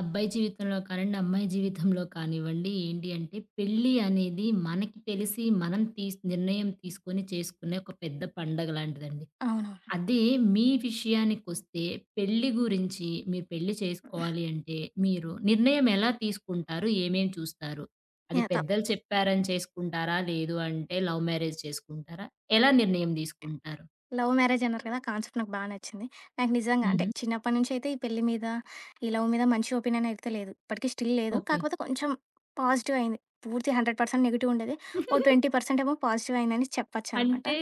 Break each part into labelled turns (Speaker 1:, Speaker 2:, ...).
Speaker 1: అబ్బాయి జీవితంలో కానివ్వండి, అమ్మాయి జీవితంలో కానివ్వండి ఏంటి అంటే పెళ్లి అనేది మనకి తెలిసి మనం నిర్ణయం తీసుకొని చేసుకునే ఒక పెద్ద పండగ లాంటిదండి.
Speaker 2: అవునవును.
Speaker 1: అదే మీ విషయానికొస్తే పెళ్లి గురించి మీరు పెళ్లి చేసుకోవాలి అంటే మీరు నిర్ణయం ఎలా తీసుకుంటారు? ఏమేం చూస్తారు? అది
Speaker 2: యాహ్!
Speaker 1: పెద్దలు చెప్పారని చేసుకుంటారా? లేదు అంటే లవ్ మ్యారేజ్ చేసుకుంటారా? ఎలా నిర్ణయం తీసుకుంటారు?
Speaker 2: లవ్ మ్యారేజ్ అన్నారు కదా! ఆ కాన్సెప్ట్ నాకు బా నచ్చింది. నాకు నిజంగా అంటే
Speaker 1: హుహు.
Speaker 2: చిన్నప్పటి నుంచి అయితే ఈ పెళ్లి మీద, ఈ లవ్ మీద మంచి ఒపీనియన్ అయితే లేదు. ఇప్పటికి స్టిల్ లేదు. కాకపోతే కొంచెం పాజిటివ్ అయింది. పూర్తి 100% నెగెటివ్ ఉండేది. ఓ
Speaker 1: ఓకే.
Speaker 2: 20% ఏమో పాజిటివ్ అయిందని చెప్పొచ్చనమాట.
Speaker 1: అంటే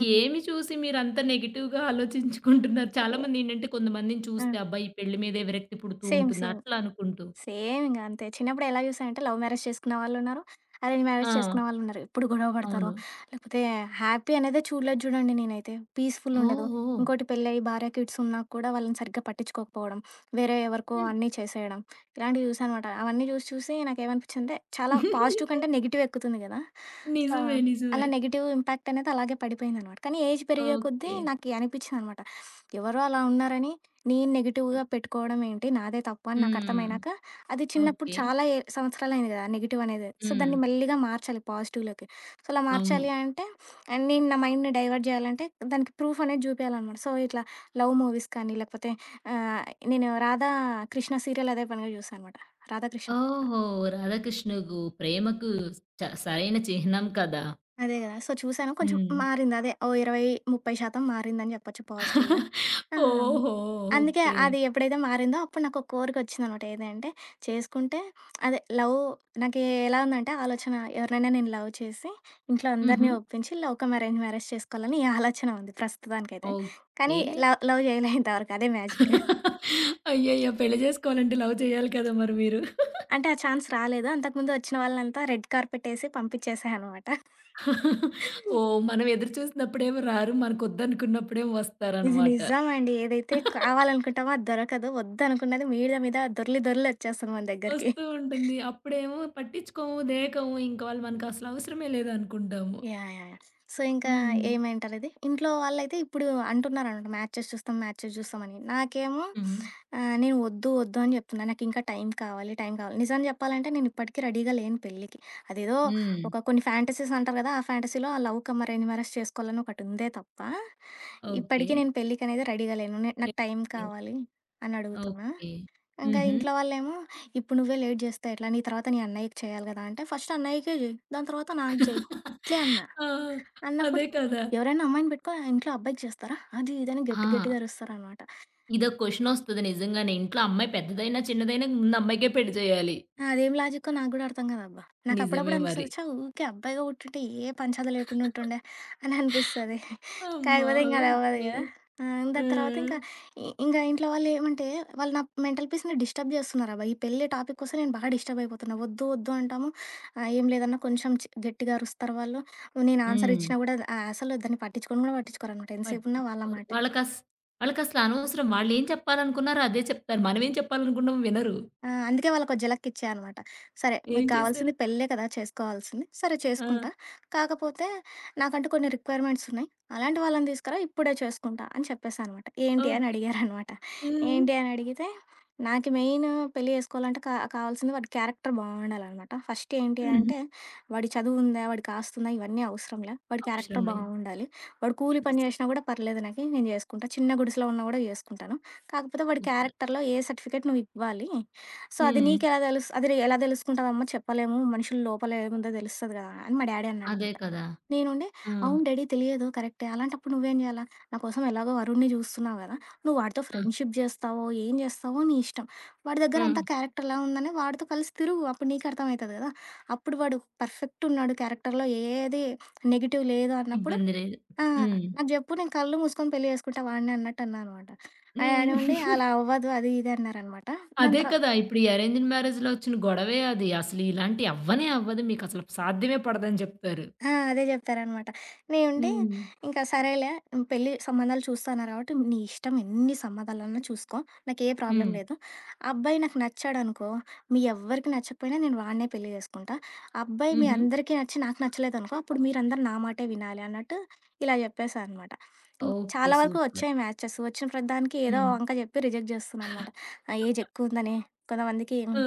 Speaker 2: హ్మ్.
Speaker 1: ఏమి చూసి మీరంత నెగెటివ్‌గా ఆలోచించుకుంటున్నారు?
Speaker 2: యాహ్!
Speaker 1: చాలామంది ఏంటంటే కొంతమందిని
Speaker 2: ఆ!
Speaker 1: చూస్తే అబ్బా! ఈ పెళ్లి మీదే విరక్తి పుడుతూ
Speaker 2: సేమ్.
Speaker 1: ఉంటుంది.
Speaker 2: సేమ్.
Speaker 1: అట్లా అనుకుంటూ.
Speaker 2: సేమ్ ఇంగ అంతే. చిన్నప్పుడు ఎలా చూసానంటే లవ్ మ్యారేజ్ చేసుకున్న వాళ్ళున్నారు. అరేంజ్ మ్యారేజ్
Speaker 1: ఆ!
Speaker 2: చేసుకున్న వాళ్ళున్నారు. ఎప్పుడు గొడవ పడతారో,
Speaker 1: అవును.
Speaker 2: లేకపోతే హ్యాపీ అనేదే చూడలేదు చూడండి నేనైతే. పీస్‌ఫుల్ ఉండదు.
Speaker 1: ఓహో!
Speaker 2: ఇంకోటి పెళ్ళయి భార్య, కిడ్స్ ఉన్నా కూడా వాళ్ళని సరిగ్గా పట్టించుకోకపోవడం, వేరే ఎవరికో
Speaker 1: హ్మ్.
Speaker 2: అన్నీ చేసేయడం, ఇలాంటివి చూసానమాట. అవన్నీ చూసి చూసి నాకేమనిపించిందంటే చాలా పాజిటివ్ కంటే నెగెటివ్ ఎక్కుతుంది కదా! సో,
Speaker 1: నిజమే. నిజమే.
Speaker 2: అలా నెగెటివ్ ఇంపాక్ట్ అనేది అలాగే పడిపోయిందనమాట. కానీ ఏజ్ పెరిగే కొద్దీ
Speaker 1: ఓకే.
Speaker 2: నాకి అనిపించిందనమాట. ఎవరో అలా ఉన్నారని నేను నెగెటివ్‌గా పెట్టుకోవడం ఏంటి? నాదే తప్పు అని నాకు
Speaker 1: హ్మ్.
Speaker 2: అర్థమైనాక అది చిన్నప్పుడు
Speaker 1: ఓకే.
Speaker 2: చాలా ఏ సంవత్సరాలయింది గదా! నెగెటివ్ అనేది. సో,
Speaker 1: హ్మ్.
Speaker 2: దాన్ని మెల్లిగా మార్చాలి పాజిటివ్‌లోకి. సో, అలా
Speaker 1: అవును.
Speaker 2: మార్చాలి అంటే అండ్ నేను నా మైండ్‌ని డైవర్ట్ జేయాలంటే దానికి ప్రూఫ్ అనేది చూపియాలనమాట. సో, ఇట్లా లవ్ మూవీస్ కానీ లేకపోతే ఆహ్, నేను 'రాధా కృష్ణ' సీరియల్ అదే పనిగా చూసా అనమాట. 'రాధాకృష్ణ.'
Speaker 1: ఓహో! రాధాకృష్ణకు ప్రేమకు సరైన చిహ్నం కదా!
Speaker 2: అదే గదా! సో, చూసాను. కొంచెం
Speaker 1: హ్మ్.
Speaker 2: మారింది. అదే ఓ 20, 30% మారిందని జెప్పొచ్చు పాజిటివ్‌గా. ఆ!
Speaker 1: ఓహో!
Speaker 2: అందుకే
Speaker 1: ఓకే.
Speaker 2: అది ఎప్పుడైతే మారిందో అప్పుడు నాకో కోరికొచ్చిందనమాట. ఏదంటే చేసుకుంటే అదే లవ్ నాకు ఎలా ఉందంటే ఆలోచన ఎవరినైనా నేను లవ్ చేసి, ఇంట్లో
Speaker 1: హుహు.
Speaker 2: అందరిని ఒప్పించి లవ్ కమ్ అరేంజ్ మ్యారేజ్ చేసుకోవాలని ఈ ఆలోచన ఉంది ప్రస్తుతానికైతే.
Speaker 1: ఓకే.
Speaker 2: కానీ లవ్ లవ్ జేయలే ఇంతవరకు. అదే మ్యాజిక్.
Speaker 1: అయ్యయ్యో! పెళ్లి జేసుకోవాలంటే లవ్ చేయాలి కదా! మరి మీరు.
Speaker 2: అంటే ఆ ఛాన్స్ రాలేదు. అంతకుముందు వచ్చిన వాళ్ళనంతా రెడ్ కార్పెట్ ఏసి పంపించేసా అనమాట.
Speaker 1: ఓహ్! మనం ఎదురు చూసినప్పుడేమో రారు. మనకొద్దనుకున్నప్పుడేమో
Speaker 2: ఇది
Speaker 1: వస్తారనమాట.
Speaker 2: నిజమండి. ఏదైతే కావాలనుకుంటామో అది దొరకదు. వద్దనుకున్నది మీద మీద దొర్లి దొర్లి వచ్చేస్తది మన దగ్గరికి.
Speaker 1: వస్తూ ఉంటుంది. అప్పుడేమో పట్టించుకోము, దేకము. ఇంక వాళ్ళు మనకసలు అవసరమే లేదనుకుంటాము.
Speaker 2: యాహ్! యాహ్! యాహ్! సో, ఇంకా
Speaker 1: హ్మ్.
Speaker 2: ఏమంటారిది, ఇంట్లో వాళ్ళైతే ఇప్పుడు అంటున్నారనమాట మ్యాచెస్ చూస్తాం, మ్యాచెస్ చూస్తామని. నాకేమో
Speaker 1: హుహు.
Speaker 2: నేను వద్దు, వద్దు అని చెప్తున్నా. నాకింకా టైం కావాలి, టైం కావాలి. నిజం చెప్పాలంటే నేను ఇప్పటికి రెడీగా లేను పెళ్ళికి. అదేదో ఓకే.
Speaker 1: హ్మ్.
Speaker 2: ఒక కొన్ని ఫ్యాంటసీస్ అంటారు కదా! ఆ ఫ్యాంటసీలో ఆ లవ్ కమ్ అరేంజ్ మ్యారేజ్ చేసుకోవాలని ఒకటుందే తప్ప,
Speaker 1: ఓకే.
Speaker 2: ఇప్పటికి నేను పెళ్ళికనేది రెడీగా లేను. నాకు టైం
Speaker 1: లేదండి.
Speaker 2: కావాలి అని అడుగుతున్నా.
Speaker 1: ఓకే.
Speaker 2: ఇంకా
Speaker 1: హుహు.
Speaker 2: ఇంట్లో వాళ్ళేమో, "ఇప్పుడు నువ్వే లేట్ జేస్తే ఎట్లా? నీ తర్వాత నీ అన్నయ్యకి చేయాలి గదా!" అంటే, "ఫస్ట్ అన్నయ్యకే జెయి. దాని తర్వాత నాకు జెయి." ఇట్లే అన్నా.
Speaker 1: ఆ! అదే
Speaker 2: అన్నప్పుడు
Speaker 1: కదా!
Speaker 2: ఎవరైనా అమ్మాయిని పెట్టుకొని ఆ ఇంట్లో అబ్బాయికి చేస్తారా? అది, ఇది అని గట్టి గట్టిగా
Speaker 1: ఆ!
Speaker 2: అరుస్తారనమాట.
Speaker 1: ఇదో క్వెషనొస్తది నిజంగానే. ఇంట్లో అమ్మాయి పెద్దదైనా, చిన్నదైనా ముందు అమ్మాయికే పెళ్లి చేయాలి.
Speaker 2: అదేం లాజిక్కో నాకు గూడా అర్థం కాదబ్బా!
Speaker 1: నిజమే
Speaker 2: నాకప్పుడప్పుడు
Speaker 1: మరి.
Speaker 2: అనిపిస్తది, ఛా! ఊకే అబ్బాయిగా పుట్టుంటే ఏ పంచాలు లేకుండా ఉంటుండే అని అనిపిస్తది.
Speaker 1: అమ్మా!
Speaker 2: కాకపోతే ఇంక అది అవ్వదు
Speaker 1: ఓకే.
Speaker 2: గదా! ఆ! దాని తర్వాత
Speaker 1: హ్మ్.
Speaker 2: ఇంకా ఇంగా ఇంట్లో వాళ్ళేమంటే, వాళ్ళు నా మెంటల్ పీస్‌ని డిస్టర్బ్ చేస్తున్నారబ్బా! ఈ పెళ్లి టాపిక్ కోసం నేను బాగా డిస్టర్బ్ అయిపోతున్నా. వద్దు, వద్దు అంటాము. ఏం లేదన్నా కొంచెం గట్టిగా అరుస్తారు వాళ్ళు. నేను ఆన్సర్
Speaker 1: హ్మ్.
Speaker 2: ఇచ్చినా గూడా అసలు దాన్ని పట్టించుకొని గూడా పట్టించుకోరనమాట. ఎంతసేపున్నా వాళ్ళ
Speaker 1: పట్టించుకోరు.
Speaker 2: మాటే.
Speaker 1: వాళ్ళకసల అనవసరం. వాళ్ళేం చెప్పాలనుకున్నారో అదే చెప్తారు. మనమేం చెప్పాలనుకున్నామో వినరు.
Speaker 2: ఆ! అందుకే వాళ్ళకో ఝలకిచ్చా అనమాట. సరే
Speaker 1: ఏం
Speaker 2: మీకు
Speaker 1: చేశారు?
Speaker 2: కావాల్సింది పెళ్ళే కదా! చేసుకోవాల్సింది. సరే
Speaker 1: ఆ!
Speaker 2: చేసుకుంటా. కాకపోతే నాకంటూ కొన్ని రిక్వైర్మెంట్స్ ఉన్నాయి. అలాంటి వాళ్ళని తీసుకురా ఇప్పుడే చేసుకుంటా అని చెప్పేసా అనమాట. ఏంటి అని
Speaker 1: ఓకే.
Speaker 2: అడిగారనమాట.
Speaker 1: హ్మ్.
Speaker 2: ఏంటి అని అడిగితే నాకు మెయిన్ పెళ్లి చేసుకోవాలంటే కావాల్సింది వాడి క్యారెక్టర్ బావుండాలనమాట. ఫస్ట్ ఏంటి
Speaker 1: హుహు.
Speaker 2: అంటే వాడి చదువుందా? వాడికి ఆస్తుందా? ఇవన్నీ అవసరంలే. వాడి
Speaker 1: అవసరం
Speaker 2: క్యారెక్టర్
Speaker 1: లేదు.
Speaker 2: బావుండాలి. వాడు కూలి
Speaker 1: యెస్.
Speaker 2: పని చేసినా గూడా పర్లేదు నాకి. నేను జేసుకుంటా. చిన్న గుడిసెలో ఉన్నా గూడా జేసుకుంటాను. కాకపోతే వాడి
Speaker 1: సూపర్.
Speaker 2: క్యారెక్టర్‌లో ఏ సర్టిఫికేట్ నువ్వు ఇవ్వాలి సో అది
Speaker 1: హ్మ్.
Speaker 2: నీకెలా తెలుసు అది ఎలా తెలుసుకుంటావమ్మ చెప్పలేము. మనుషుల లోపల ఏముందో తెలుస్తది గదా! అని మా డ్యాడీ
Speaker 1: అదే
Speaker 2: అన్నాడనమాట.
Speaker 1: కదా!
Speaker 2: నేనుండి
Speaker 1: ఆ!
Speaker 2: అవును డ్యాడీ తెలియదు కరెక్టే. అలాంటప్పుడు నువ్వేం జేయాలా? నా కోసం ఎలాగో వరుణ్‌ని జూస్తున్నావు గదా! నువ్వు వాడితో
Speaker 1: ఆ!
Speaker 2: ఫ్రెండ్‌షిప్ జేస్తావో, ఏం జేస్తావో నీ ఇష్టం. వాడి దగ్గర
Speaker 1: హ్మ్.
Speaker 2: అంతా క్యారెక్టర్‌లా ఉందని వాడితో కలిసి తిరుగు. అప్పుడు నీకు అర్థమైతది గదా! అప్పుడు వాడు పర్ఫెక్ట్ ఉన్నాడు క్యారెక్టర్‌లో ఏది నెగెటివ్ లేదు అన్నప్పుడు
Speaker 1: ఇబ్బంది లేదు.
Speaker 2: ఆ!
Speaker 1: హ్మ్.
Speaker 2: నాకు జెప్పు నేను కళ్ళు మూసుకొని పెళ్లి జేసుకుంటా వాడిని అన్నట్టు అన్నా అనమాట. ఆయన
Speaker 1: హ్మ్.
Speaker 2: ఉండి అలా అవ్వదు అది ఇది అన్నారనమాట. దాని
Speaker 1: అదే
Speaker 2: తర్వాత
Speaker 1: కదా! ఇప్పుడు ఈ అరేంజ్డ్ మ్యారేజ్‌లో వచ్చిన గొడవే అది. అసలు ఇలాంటియి అవ్వనే అవ్వదు. మీకసలు సాధ్యమే పడదని చెప్తారు.
Speaker 2: ఆ! అదే జెప్తారనమాట. నేనుండి
Speaker 1: హ్మ్.
Speaker 2: ఇంకా సరేలే పెళ్లి సంబంధాలు చూస్తున్నారు కాబట్టి నీ ఇష్టం ఎన్ని సంబంధాలన్నా చూసుకో. నాకే ప్రాబ్లమ్
Speaker 1: హ్మ్.
Speaker 2: లేదు. ఆ అబ్బాయి నాకు నచ్చాడనుకో, మీ ఎవ్వరికి నచ్చకపోయినా నేను వాడినే పెళ్లి జేసుకుంటా. ఆ అబ్బాయి మీ
Speaker 1: హుహు.
Speaker 2: అందరికీ నచ్చి నాకు నచ్చలేదనుకో, అప్పుడు మీరందరూ నా మాటే వినాలి అన్నట్టు ఇలా జెప్పేసా అనమాట. హ్మ్.
Speaker 1: ఓకే.
Speaker 2: చాలా వరకు
Speaker 1: సూపర్.
Speaker 2: వచ్చాయి మ్యాచెస్. వచ్చిన ప్రతిదానికి ఏదో
Speaker 1: హ్మ్.
Speaker 2: వంక జెప్పి రిజెక్ట్ జేస్తున్నా అనమాట. ఆ ఏజ్ ఎక్కువుందని, కొంతమందికి
Speaker 1: ఆ!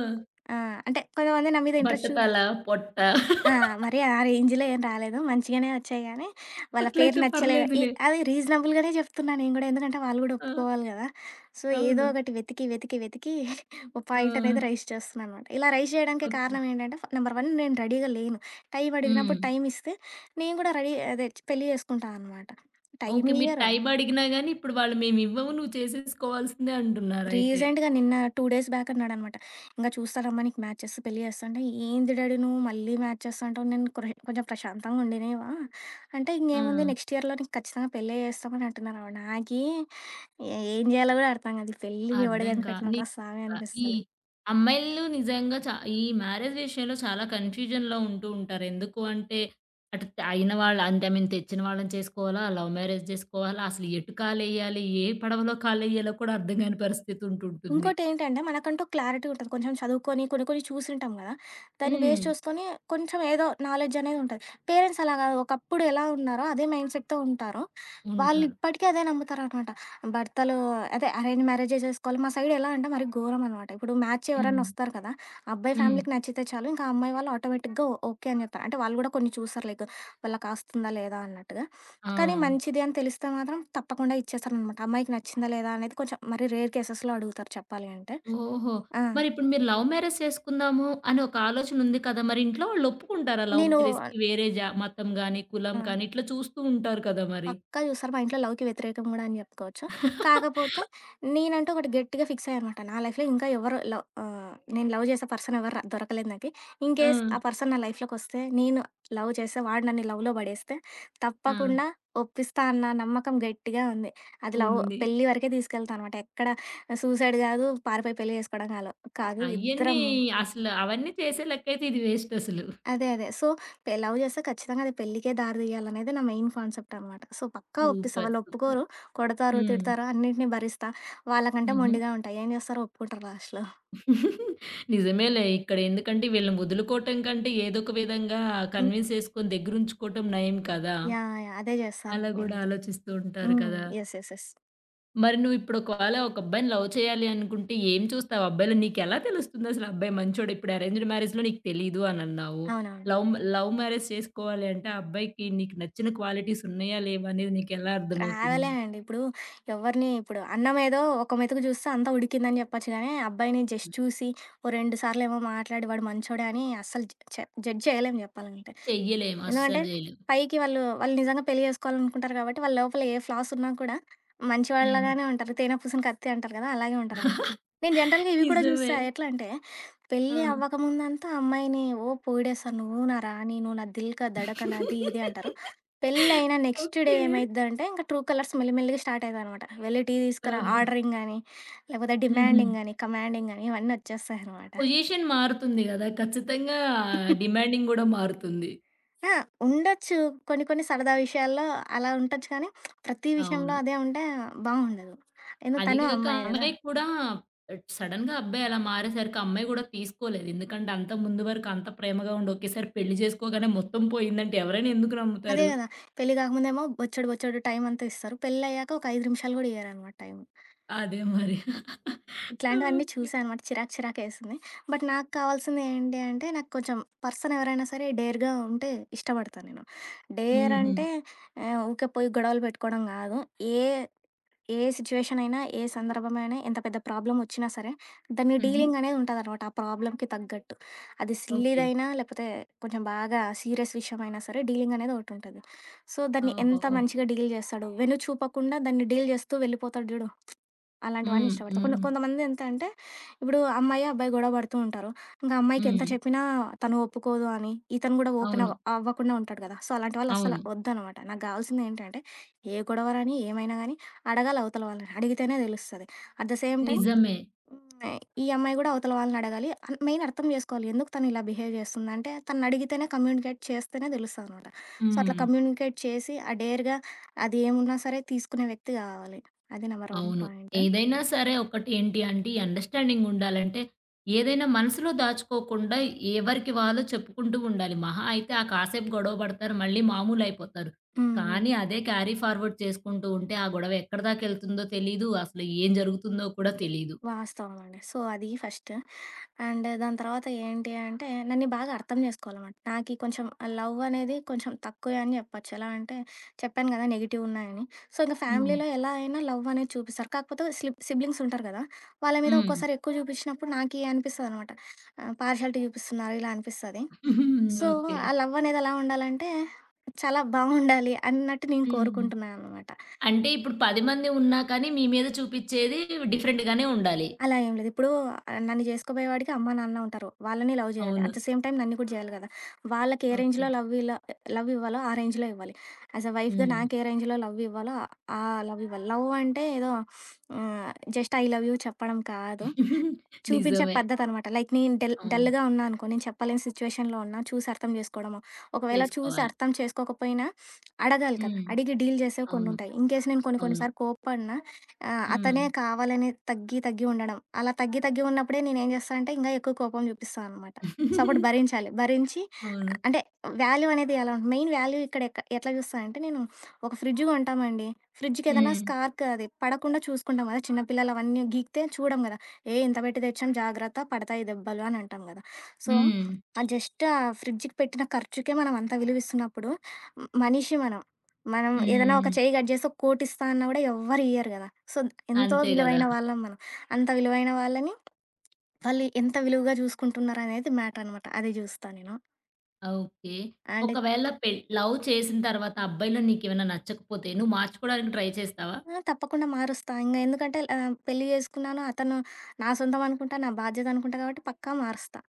Speaker 2: ఆ! అంటే కొంతమంది నా మీద ఇంట్రెస్ట్ చూ
Speaker 1: బట్టతల, పొట్ట
Speaker 2: ఆ! మరి ఆ రేంజ్‌లో ఏం రాలేదు. మంచిగానే వచ్చాయి గానీ, వాళ్ళ పేరు
Speaker 1: అట్లయితే
Speaker 2: నచ్చలేదు. ఎ
Speaker 1: పర్లేదులే.
Speaker 2: అది రీజనబుల్‌గానే చెప్తున్నా నేను గూడా. ఎందుకంటే వాళ్ళు గూడా
Speaker 1: ఆ!
Speaker 2: ఒప్పుకోవాలి గదా! సో, ఏదో
Speaker 1: అవును.
Speaker 2: ఒకటి వెతికి, వెతికి, వెతికి ఓ
Speaker 1: ఆ!
Speaker 2: పాయింట్ అనేది రైజ్ చేస్తున్నా అనమాట. ఇలా రైజ్ చేయడానికి
Speaker 1: ఓకే.
Speaker 2: కారణం ఏంటంటే, నంబర్ 1 నేను రెడీగా లేను. టైం
Speaker 1: హ్మ్.
Speaker 2: అడిగినప్పుడు టైం ఇస్తే, నేను గూడా రెడీ అదే పెళ్లి చేసుకుంటా అనమాట. Time
Speaker 1: okay. మీరు
Speaker 2: ఇయ్యరు.
Speaker 1: టైమ్ అడిగినా గాని ఇప్పుడు వాళ్ళు మేమివ్వము నువ్వు చేసేసుకోవాల్సిందే అంటున్నారయితే.
Speaker 2: రీసెంట్‌గా నిన్న 2 డేస్ బ్యాక్ అన్నాడనమాట. "ఇంగా చూస్తానమ్మా నీకు మ్యాచెస్ పెళ్లి చేస్తా" అంటే, "ఏంది డాడీ నువ్వు మళ్ళీ మ్యాచెస్ అంటావు? నేను కొంచెం ప్రశాంతంగా ఉండనివ్వా?" అంటే,
Speaker 1: ఆ!
Speaker 2: "ఇంకేముంది నెక్స్ట్ ఇయర్‌లో నీకు ఖచ్చితంగా పెళ్ళే చేస్తాం" అని అంటున్నారనమాట. నాకీ ఏం జేయాలో గూడా అర్థం గాదు. ఈ పెళ్లి ఎవడు
Speaker 1: అర్థం కా
Speaker 2: కనిపెట్టినాడురా స్వామి
Speaker 1: నిజంగా. ఈ
Speaker 2: అనిపిస్తది.
Speaker 1: అమ్మాయిలు నిజంగా ఈ మ్యారేజ్ విషయంలో చాలా కన్‌ఫ్యూజన్‌లో ఉంటూ ఉంటారు. ఎందుకు అంటే, అటు అయిన వాళ్ళు అంటే ఐ మీన్ తెచ్చిన వాళ్ళని చేసుకోవాలా? లవ్ మ్యారేజ్ చేసుకోవాలా? అసలు ఎటు కాలెయ్యాలి? ఏ పడవలో కాలెయ్యాలో కూడా అర్థం కాని పరిస్థితి ఉంటుంటుంది.
Speaker 2: ఇంకోటేంటంటే మనకంటూ క్లారిటీ ఉంటది. కొంచెం చదువుకొని కొన్ని కొన్ని చూసుంటాం గదా! దాన్ని బేస్
Speaker 1: హ్మ్.
Speaker 2: చేసుకొని కొంచెం ఏదో నాలెడ్జ్ అనేదుంటది. పేరెంట్స్ అలా గాదు. ఒకప్పుడు ఎలా ఉన్నారో అదే మైండ్‌సెట్‌తో ఉంటారు. వాళ్ళు
Speaker 1: ఉంటారు.
Speaker 2: ఇప్పటికి అదే నమ్ముతారనమాట. భర్తలు అదే అరేంజ్ మ్యారేజే జేసుకోవాలి. మా సైడ్ ఎలా అంటే మరీ ఘోరమనమాట. ఇప్పుడు మ్యాచ్ ఎవరన్నా
Speaker 1: హ్మ్.
Speaker 2: వస్తారు కదా! అబ్బాయి
Speaker 1: హ్మ్.
Speaker 2: ఫ్యామిలీకి నచ్చితే చాలు. ఇంకా అమ్మాయి వాళ్ళు ఆటోమేటిక్‌గా ఓకే అని జెప్తారు. అంటే వాళ్ళు గూడా కొన్ని చూస్తారు లైక్ వాళ్ళకి ఆస్తుందా లేదా అన్నట్టుగా.
Speaker 1: ఆ!
Speaker 2: కానీ మంచిది అని తెలిస్తే మాత్రం తప్పకుండా ఇచ్చేస్తారనమాట. అమ్మాయికి నచ్చిందా లేదా అనేది కొంచెం మరి రేర్ కేసెస్‌లో అడుగుతారు చెప్పాలి అంటే.
Speaker 1: ఓహో!
Speaker 2: ఆ!
Speaker 1: మరిప్పుడు మీరు లవ్ మ్యారేజ్ చేసుకుందాము అని ఒక ఆలోచన ఉంది కదా! మరి ఇంట్లో వాళ్ళు ఒప్పుకుంటారా లవ్
Speaker 2: నేను
Speaker 1: మ్యారేజ్‌కి? వేరే మతం గాని, కులం
Speaker 2: ఆ!
Speaker 1: కానీ ఇట్లా చూస్తూ ఉంటారు కదా మరి.
Speaker 2: పక్కా చూస్తారు. మా ఇంట్లో లవ్‌కి వ్యతిరేకం గూడా అని జెప్పుకోవచ్చు. కాకపోతే నేనంటూ ఒకటి గట్టిగా ఫిక్స్ అయ్యా అనమాట. నా లైఫ్‌లో ఇంకా ఎవరు లవ్ నేను లవ్ చేసే పర్సన్ ఎవరు దొరకలేదు నాకి. ఇన్
Speaker 1: ఆ!
Speaker 2: కేస్ ఆ పర్సన్ నా లైఫ్‌లోకొస్తే, నేను లవ్ చేస్తే, వాడు నన్ను లవ్‌లో పడేస్తే
Speaker 1: ఆ!
Speaker 2: తప్పకుండా ఒప్పిస్తా అన్న నమ్మకం గట్టిగా ఉంది. అది లవ్
Speaker 1: ఉంది.
Speaker 2: పెళ్లి వరకే తీసుకెళ్తా అనమాట. ఎక్కడ సూసైడ్ గాదు, పారిపోయి పెళ్లి చేసుకోవడం కాలో కాదు.
Speaker 1: అయన్నీ
Speaker 2: ఇద్దరం
Speaker 1: అసలు అవన్నీ చేసే లెక్కైతే ఇది వేస్ట్ అసలు.
Speaker 2: అదే. అదే. సో, లవ్ చేస్తే ఖచ్చితంగా అది పెళ్ళికే దారి తీయాలనేది నా మెయిన్ కాన్సెప్ట్ అనమాట. సో, పక్కా ఒప్పిస్తా.
Speaker 1: సూపర్.
Speaker 2: వాళ్ళు
Speaker 1: సూపర్.
Speaker 2: ఒప్పుకోరు, కొడతారు,
Speaker 1: హ్మ్.
Speaker 2: తిడతారు అన్నిటిని భరిస్తా. వాళ్ళకంటే
Speaker 1: హుహు.
Speaker 2: మొండిగా ఉంటా. ఏం చేస్తారో ఒప్పుకుంటారు లాస్ట్‌లో.
Speaker 1: నిజమేలే. ఇక్కడ ఎందుకంటే వీళ్ళని వదులుకోవటం కంటే ఏదో ఒక విధంగా
Speaker 2: హ్మ్.
Speaker 1: కన్విన్స్ చేసుకొని దగ్గరుంచుకోవటం నయం కదా!
Speaker 2: యాహ్! యాహ్! అదే చేస్తాను
Speaker 1: అలా గూడా
Speaker 2: నేనైతే.
Speaker 1: ఆలోచిస్తూ ఉంటారు
Speaker 2: హ్మ్.
Speaker 1: కదా!
Speaker 2: యెస్. యెస్. యెస్.
Speaker 1: మరి నువ్విప్పుడు ఒకవేళ ఒక అబ్బాయిని లవ్ చేయాలి అనుకుంటే ఏం చూస్తావు? అబ్బాయిలో నీకెలా తెలుస్తుందసలు అబ్బాయి మంచోడు? ఇప్పుడు అరేంజ్డ్ మ్యారేజ్‌లో నీకు తెలీదు అనన్నావు.
Speaker 2: అవునవును.
Speaker 1: లవ్ లవ్ మ్యారేజ్ చేసుకోవాలి అంటే ఆ అబ్బాయికి నీకు నచ్చిన క్వాలిటీస్ ఉన్నాయా? లేవా? అనేది నీకెలా అర్థమవుతుంది?
Speaker 2: ట్రావెలే అండి. ఇప్పుడు ఎవరిని ఇప్పుడు అన్నమేదో ఒక మెతుకు చూస్తే అంతా ఉడికిందని చెప్పొచ్చు గానీ, అబ్బాయిని జస్ట్
Speaker 1: హ్మ్.
Speaker 2: చూసి, ఓ 2 సార్లేమో మాట్లాడి వాడు మంచోడే అని అస్సలు జ చె జడ్జ్ చేయలేం చెప్పాలంటే.
Speaker 1: చెయ్యలేము.
Speaker 2: ఎందుకంటే
Speaker 1: అస్సలు జేయలేం.
Speaker 2: పైకి వాళ్ళు వాళ్ళు నిజంగా పెళ్లి చేసుకోవాలనుకుంటారు కాబట్టి, వాళ్ళ లోపల ఏ ఫ్లాస్ ఉన్నా కూడా
Speaker 1: హ్మ్.
Speaker 2: మంచివాళ్ళలాగానే ఉంటారు. తేనె పూసని కత్తి అంటారు కదా! అలాగే ఉంటారనమాట. నేను జనరల్‌గా ఇవి కూడా
Speaker 1: నిజమే.
Speaker 2: చూస్తా. ఎట్లా అంటే,
Speaker 1: ఆ!
Speaker 2: పెళ్లి అవ్వకముందంతా అమ్మాయిని "ఓ పోయిడేసా నువ్వు నా రాణి, నువ్వు నా దిల్ కా ధడకన్" అది ఇది అంటారు. పెళ్లయిన నెక్స్ట్ డే
Speaker 1: ఓకే.
Speaker 2: ఏమైద్దంటే, ఇంక ట్రూ కలర్స్ మెల్లిమెల్లిగా స్టార్ట్ అయితయనమాట. "వెళ్లి టీ తీసుకురా"
Speaker 1: ఓహో!
Speaker 2: ఆర్డరింగ్ అని, లేకపోతే
Speaker 1: హుహు.
Speaker 2: డిమాండింగ్ అని, కమాండింగ్ అని ఇవన్నీ వచ్చేస్తాయనమాట.
Speaker 1: పొజిషన్ మారుతుంది గదా! ఖచ్చితంగా డిమాండింగ్ గూడా మారుతుంది.
Speaker 2: ఆ! ఉండొచ్చు. కొన్ని కొన్ని సరదా విషయాల్లో అలా ఉండొచ్చు కానీ, ప్రతి విషయంలో
Speaker 1: అవును.
Speaker 2: అదే ఉంటే బావుండదు. ఎందుకు
Speaker 1: అది
Speaker 2: తను
Speaker 1: గాక
Speaker 2: అమ్మాయే గదా!
Speaker 1: అమ్మాయి కూడా సడెన్‌గా అబ్బాయి అలా మారేసరికి అమ్మాయి గూడా తీసుకోలేదు. ఎందుకంటే అంత ముందు వరకు అంత ప్రేమగా ఉండి ఒకేసారి పెళ్లి చేసుకోగానే మొత్తం పోయిందంటే ఎవరైనా ఎందుకు
Speaker 2: అదే
Speaker 1: నమ్ముతారు?
Speaker 2: గదా! పెళ్లి గాకముందేమో బొచ్చెడు బొచ్చెడు టైం అంతా ఇస్తారు. పెళ్లయ్యాక ఒక 5 నిమిషాలు గూడా ఇయ్యరనమాట టైం.
Speaker 1: అదే మరి.
Speaker 2: ఇట్లాంటివన్నీ
Speaker 1: ఓకే.
Speaker 2: చూసా అనమాట. చిరాకు చిరాకేసింది. బట్ నాకు కావాల్సింది ఏంటి అంటే, నాకు కొంచెం పర్సన్ ఎవరైనా సరే డేర్‌గా ఉంటే ఇష్టపడతా నేను. డేర్
Speaker 1: హుహు.
Speaker 2: అంటే ఊకే పోయి గొడవలు పెట్టుకోవడం గాదు. ఏ ఏ సిచ్యువేషన్ అయినా, ఏ సందర్భమైనా, ఎంత పెద్ద ప్రాబ్లమొచ్చినా సరే, దాన్ని
Speaker 1: హుహు.
Speaker 2: డీలింగ్ అనేది ఉంటదనమాట. ఆ ప్రాబ్లమ్‌కి తగ్గట్టు. అది
Speaker 1: ఓకే.
Speaker 2: సిల్లీదైనా, లేకపోతే కొంచెం బాగా సీరియస్ విషయమైనా సరే, డీలింగ్ అనేది ఒకటుంటది. సో, దాన్ని
Speaker 1: ఓహో!
Speaker 2: ఎంత
Speaker 1: ఓహ్!
Speaker 2: మంచిగా డీల్ చేస్తాడు, వెన్ను చూపకుండా దాన్ని డీల్ చేస్తూ వెళ్ళిపోతాడు చూడు అలాంటివన్నీ
Speaker 1: హ్మ్.
Speaker 2: ఇష్టపడతా. కొంత
Speaker 1: హ్మ్.
Speaker 2: కొంతమంది ఎంత అంటే, ఇప్పుడు అమ్మాయి, అబ్బాయి గొడవ పడుతూ ఉంటారు. ఇంక అమ్మాయికి ఎంత
Speaker 1: హ్మ్.
Speaker 2: చెప్పినా తను ఒప్పుకోదు అని, ఇతను కూడా ఓపెన్
Speaker 1: అవును.
Speaker 2: అవ్వకుండా ఉంటాడు కదా! సో, అలాంటి వాళ్ళు అస్సలు
Speaker 1: అవును.
Speaker 2: వద్దనమాట. నాకు కావాల్సింది ఏంటంటే, ఏ గొడవ రాని, ఏమైనా గానీ అడగాలి అవతల వాళ్ళని. అడిగితేనే తెలుస్తది. అట్ ద సేమ్ టైమ్
Speaker 1: నిజమే.
Speaker 2: హ్మ్. ఈ అమ్మాయి కూడా అవతల వాళ్ళని అడగాలి. మెయిన్ అర్థం చేసుకోవాలి. ఎందుకు తను ఇలా బిహేవ్ చేస్తుందంటే, తననడిగితేనే కమ్యూనికేట్ చేస్తేనే తెలుస్తదనమాట. సో, అట్లా
Speaker 1: హ్మ్.
Speaker 2: కమ్యూనికేట్ చేసి, ఆ డేర్‌గా అది ఏమున్నా సరే తీసుకునే వ్యక్తి కావాలి. అది నంబర్ 1
Speaker 1: అవును.
Speaker 2: పాయింట్.
Speaker 1: ఏదైనా సరే ఒకటి ఏంటి అంటే, ఈ అండర్‌స్టాండింగ్ ఉండాలంటే, ఏదైనా మనసులో దాచుకోకుండా ఎవరికి వాళ్ళు చెప్పుకుంటూ ఉండాలి. మహా అయితే ఆ కాసేపు గొడవ పడతారు. మళ్ళీ మామూలయిపోతారు.
Speaker 2: హ్మ్.
Speaker 1: కానీ అదే క్యారీ ఫార్వర్డ్ చేసుకుంటూ ఉంటే, ఆ గొడవ ఎక్కడి దాకెళ్తుందో తెలీదు. అసలు ఏం జరుగుతుందో కూడా తెలీదు.
Speaker 2: వాస్తవం అండి. సో, అది ఫస్ట్. అండ్ దాని తర్వాత ఏంటి అంటే, నన్ను బాగా అర్థం చేసుకోవాలన్నమాట. నాకీ కొంచెం లవ్ అనేది కొంచెం తక్కువే అని చెప్పొచ్చు. ఎలా అంటే, చెప్పాను కదా! నెగెటివ్ ఉన్నాయని. సో, ఇంక
Speaker 1: హ్మ్.
Speaker 2: ఫ్యామిలీలో ఎలా అయినా లవ్ అనేది చూపిస్తారు. కాకపోతే సిబ్లింగ్స్ ఉంటారు కదా! వాళ్ళ మీద
Speaker 1: హ్మ్.
Speaker 2: ఒక్కోసారి ఎక్కువ చూపించినప్పుడు నాకీ అనిపిస్తదనమాట. పార్షియాలిటీ చూపిస్తున్నారు ఇలా అనిపిస్తది. So,
Speaker 1: okay.
Speaker 2: ఆ లవ్ అనేది ఎలా ఉండాలంటే, చాలా బావుండాలి అన్నట్టు నేను
Speaker 1: హ్మ్.
Speaker 2: కోరుకుంటున్నాననమాట.
Speaker 1: అంటే ఇప్పుడు 10 మంది ఉన్నా కానీ, మీ మీద చూపిచ్చేది డిఫరెంట్‌గానే ఉండాలి.
Speaker 2: అలా ఏం లేదు. ఇప్పుడు ఆ, నన్ను జేసుకోబోయేవాడికి అమ్మా, నాన్న ఉంటారు. వాళ్ళని లవ్ జేయాలి.
Speaker 1: అవును.
Speaker 2: అట్ ద సేమ్ టైమ్ నన్ను కూడా జేయాలి గదా! వాళ్ళకి ఏ
Speaker 1: ఓకే.
Speaker 2: రేంజ్‌లో లవ్ ఇలా లవ్ ఇవ్వాలో ఆ రేంజ్‌లో ఇవ్వాలి. యాస్ ఎ వైఫ్‌గా
Speaker 1: హ్మ్.
Speaker 2: నాకు ఏ రేంజ్‌లో లవ్ ఇవ్వాలో ఆ ఆ లవ్ ఇవ్వాలి. లవ్ అంటే ఏదో ఆహ్, జస్ట్ ఐ లవ్ యూ చెప్పడం కాదు. చూపించే
Speaker 1: నిజమే.
Speaker 2: పద్ధతనమాట. లైక్ నేను డల్
Speaker 1: అవును.
Speaker 2: డల్‌గా ఉన్నా అనుకో, నేను చెప్పలేని సిచ్యుయేషన్‌లో ఉన్నా చూసి అర్థం జేసుకోవడమో, ఒకవేళ చూసి
Speaker 1: చేసుకోవాలి.
Speaker 2: అర్థం చేసుకోకపోయినా అడగాలి కదా!
Speaker 1: హ్మ్.
Speaker 2: అడిగి డీల్ జేసేవి
Speaker 1: అవును.
Speaker 2: కొన్నుంటాయి. ఇన్‌కేస్ నేను కొన్ని కొన్ని
Speaker 1: అవును.
Speaker 2: సార్లు కోప్పడిన ఆ!
Speaker 1: హ్మ్.
Speaker 2: అతనే కావాలని తగ్గి తగ్గి ఉండడం. అలా తగ్గి తగ్గి ఉన్నప్పుడే నేనేం చేస్తా అంటే ఇంకా ఎక్కువ కోపం చూపిస్తా అనమాట. సో, అప్పుడు భరించాలి. భరించి ఆ,
Speaker 1: అవును.
Speaker 2: అంటే వాల్యూ అనేది ఎలా మెయిన్ వాల్యూ ఇక్కడ ఎట్లా చూస్తా అంటే నేను ఒక ఫ్రిడ్జ్ కొంటామండి. ఫ్రిడ్జ్‌కి ఏదైనా
Speaker 1: హ్మ్.
Speaker 2: స్కార్క్ అది పడకుండా చూసుకుంటాం కదా! చిన్న పిల్లలు అవన్నీ గీకితే చూడం కదా! "ఏయ్! ఇంత పెట్టి తెచ్చాం జాగ్రత్త పడతాయి దెబ్బలు" అని అంటాం కదా! సో,
Speaker 1: హ్మ్.
Speaker 2: ఆ జస్ట్ ఆ ఫ్రిడ్జ్‌కి పెట్టిన ఖర్చుకే మనం అంత విలువిస్తున్నప్పుడు మనిషి మనం. మనం ఏదైనా ఒక
Speaker 1: హ్మ్.
Speaker 2: చెయ్యి కట్ చేసి ఒక కోటిస్తా అన్నా గూడా ఎవ్వరు ఇయ్యరు గదా! సో, ఎంతో
Speaker 1: అంతే గదా!
Speaker 2: విలువైన వాళ్ళం మనం. అంత విలువైన వాళ్ళని వాళ్ళు ఎంత విలువగా చూసుకుంటున్నారనేది మ్యాటరనమాట. అది జూస్తా నేను.
Speaker 1: ఓకే.
Speaker 2: అండ్
Speaker 1: ఒకవేళ లవ్ చేసిన తర్వాత అబ్బాయిలో నీకేమైనా నచ్చకపోతే నువ్వు మార్చుకోవడానికి ట్రై చేస్తావా?
Speaker 2: ఆ! తప్పకుండా మారుస్తా. ఇంగ ఎందుకంటే పెళ్లి జేసుకున్నాను. అతను నా సొంతం అనుకుంటా, నా బాధ్యత అనుకుంటా కాబట్టి పక్కా మారుస్తా.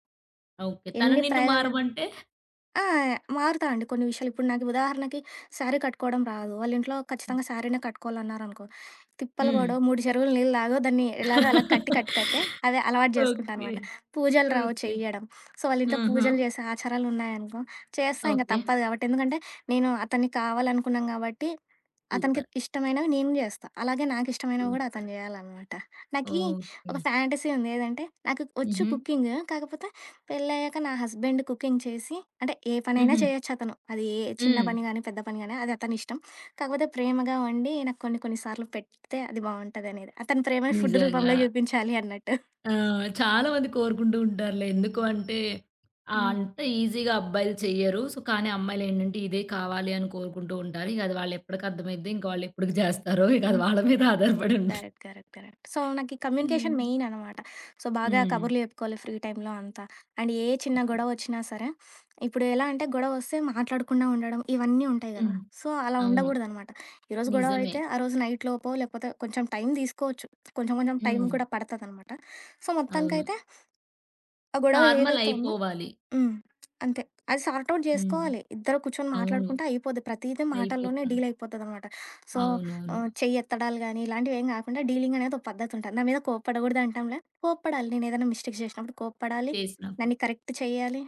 Speaker 1: ఓకే. తను
Speaker 2: ఎన్ని
Speaker 1: నిన్ను
Speaker 2: ప్రయోగాలు
Speaker 1: మారమంటే?
Speaker 2: ఆ! మారుతా అండి కొన్ని విషయాలు. ఇప్పుడు నాకు ఉదాహరణకి శారీ కట్టుకోవడం రాదు. వాళ్ళ ఇంట్లో ఖచ్చితంగా శారీనే కట్టుకోవాలన్నారనుకో, తిప్పలు
Speaker 1: హ్మ్.
Speaker 2: పడో, 3 చెరువులు నీళ్ళు తాగో, దాన్ని ఎలాగో అలా కట్టి కట్టి కట్టే అదే అలవాటు చేసుకుంటా
Speaker 1: ఓకే.
Speaker 2: అనమాట. పూజలు రావు
Speaker 1: ఓకే.
Speaker 2: చెయ్యడం. సో, వాళ్ళ ఇంట్లో
Speaker 1: ఆహా!
Speaker 2: పూజలు చేసే ఆచారాలున్నాయనుకో, చేస్తా ఇంక
Speaker 1: ఓకే.
Speaker 2: తప్పదు కాబట్టి. ఎందుకంటే నేను అతన్ని కావాలనుకున్నాను కాబట్టి, అతనికి
Speaker 1: సూపర్.
Speaker 2: ఇష్టమైనవి నేను చేస్తా. అలాగే నాకిష్టమైనవి కూడా
Speaker 1: సూపర్.
Speaker 2: అతను చేయాలనమాట. నాకీ ఒక
Speaker 1: ఓకే.
Speaker 2: ఫ్యాంటసీ ఉంది. ఏదంటే నాకు వచ్చు
Speaker 1: హుహు.
Speaker 2: కుకింగ్. కాకపోతే పెళ్ళయ్యాక నా హస్బెండ్ కుకింగ్ చేసి అంటే ఏ పనైనా
Speaker 1: హుహు.
Speaker 2: చేయొచ్చతను. అది ఏ చిన్న
Speaker 1: హ్మ్.
Speaker 2: పని గాని, పెద్ద పని గాని అది అతనిష్టం. కాకపోతే ప్రేమగా వండి నాకు కొన్ని కొన్ని సార్లు పెడితే అది బావుంటదనేది. అతని ప్రేమని ఫుడ్
Speaker 1: నిజంగా.
Speaker 2: రూపంలో చూపించాలి అన్నట్టు.
Speaker 1: ఆ! చాలా మంది కోరుకుంటూ ఉంటారులే. ఎందుకు అంటే ఆహ్,
Speaker 2: హ్మ్.
Speaker 1: అంత ఈజీగా అబ్బాయిలు చెయ్యరు. సో, కానీ అమ్మాయిలేంటంటే ఇదే కావాలి అని కోరుకుంటూ ఉంటారు. ఇక అది వాళ్ళెప్పటికి అర్థమైద్ది. ఇంక వాళ్ళెప్పటికి జేస్తారో ఇక అది
Speaker 2: హ్మ్.
Speaker 1: వాళ్ళ మీద
Speaker 2: యాహ్!
Speaker 1: ఆధారపడి ఉంటుంది.
Speaker 2: కరెక్ట్. కరెక్ట్. కరెక్ట్. సో, నాకీ కమ్యూనికేషన్
Speaker 1: హ్మ్.
Speaker 2: మెయిన్ అనమాట. సో, బాగా
Speaker 1: హ్మ్.
Speaker 2: కబుర్లు చెప్పుకోవాలి ఫ్రీ టైమ్‌లో అంతా. అండ్ ఏ చిన్న
Speaker 1: సూపర్.
Speaker 2: గొడవొచ్చినా సరే, ఇప్పుడు ఎలా అంటే గొడవొస్తే మాట్లాడకుండా ఉండడం ఇవన్నీ ఉంటాయి గదా!
Speaker 1: హ్మ్.
Speaker 2: సో, అలా
Speaker 1: అవును.
Speaker 2: ఉండగూడదనమాట. ఈరోజు
Speaker 1: నిజమే.
Speaker 2: గొడవైతే ఆ రోజు నైట్ లోపో లేకపోతే కొంచెం టైం తీసుకోవచ్చు. కొంచెం కొంచెం టైం
Speaker 1: హ్మ్.
Speaker 2: కూడా పడతదనమాట. సో,
Speaker 1: అవును.
Speaker 2: మొత్తానికైతే ఆ గొడవ
Speaker 1: నార్మల్
Speaker 2: ఏదైతే ఉందో
Speaker 1: అయిపోవాలి.
Speaker 2: హ్మ్. అంతే. అది సార్ట్ ఔట్
Speaker 1: హ్మ్.
Speaker 2: జేసుకోవాలి. ఇద్దరు కూర్చొని
Speaker 1: అవును.
Speaker 2: మాట్లాడుకుంటే అయిపోద్ది. ప్రతీది మాటల్లోనే
Speaker 1: అయిపోతుంది.
Speaker 2: డీల్ అయిపోతదనమాట. సో,
Speaker 1: అవునవును.
Speaker 2: చెయ్యెత్తడాలు గానీ, ఇలాంటివేం గాకుండా డీలింగ్ అనేది ఒక పద్ధతుంటది. నా మీద కోప్పడగూడదు అంటాంలే. కోప్పడాలి. నేనేదైనా మిస్టేక్ జేసినప్పుడు కోప్పడాలి,
Speaker 1: చేసినప్పుడు.
Speaker 2: దాన్ని కరెక్ట్ చెయ్యాలి,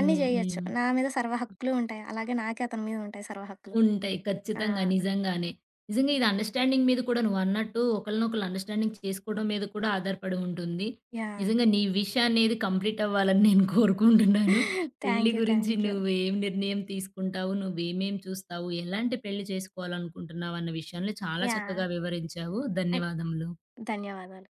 Speaker 2: అన్నీ జెయ్యొచ్చు.
Speaker 1: హ్మ్.
Speaker 2: నా మీద సర్వ హక్కులు ఉంటాయి. అలాగే నాకే అతని మీద ఉంటాయి సర్వ హక్కులు.
Speaker 1: ఉంటాయి.
Speaker 2: ఆ!
Speaker 1: ఖచ్చితంగా. నిజంగానే. నిజంగా ఇది అండర్‌స్టాండింగ్ మీద కూడా నువ్వన్నట్టు ఒకళ్ళనొకళ్ళు అండర్‌స్టాండింగ్ చేసుకోవడం మీద కూడా ఆధారపడి ఉంటుంది.
Speaker 2: యాహ్!
Speaker 1: నిజంగా నీ విష్ అనేది కంప్లీట్ అవ్వాలని నేను కోరుకుంటున్నాను. పెళ్లి
Speaker 2: థ్యాంక్ యూ.
Speaker 1: గురించి
Speaker 2: థ్యాంక్ యూ.
Speaker 1: నువ్వేం నిర్ణయం తీసుకుంటావు? నువ్వేమేం చూస్తావు? ఎలాంటి పెళ్లి చేసుకోవాలనుకుంటున్నావు? అన్న విషయాన్ని చాలా
Speaker 2: యాహ్!
Speaker 1: చక్కగా వివరించావు.
Speaker 2: అండ్
Speaker 1: ధన్యవాదములు.
Speaker 2: ధన్యవాదాలు.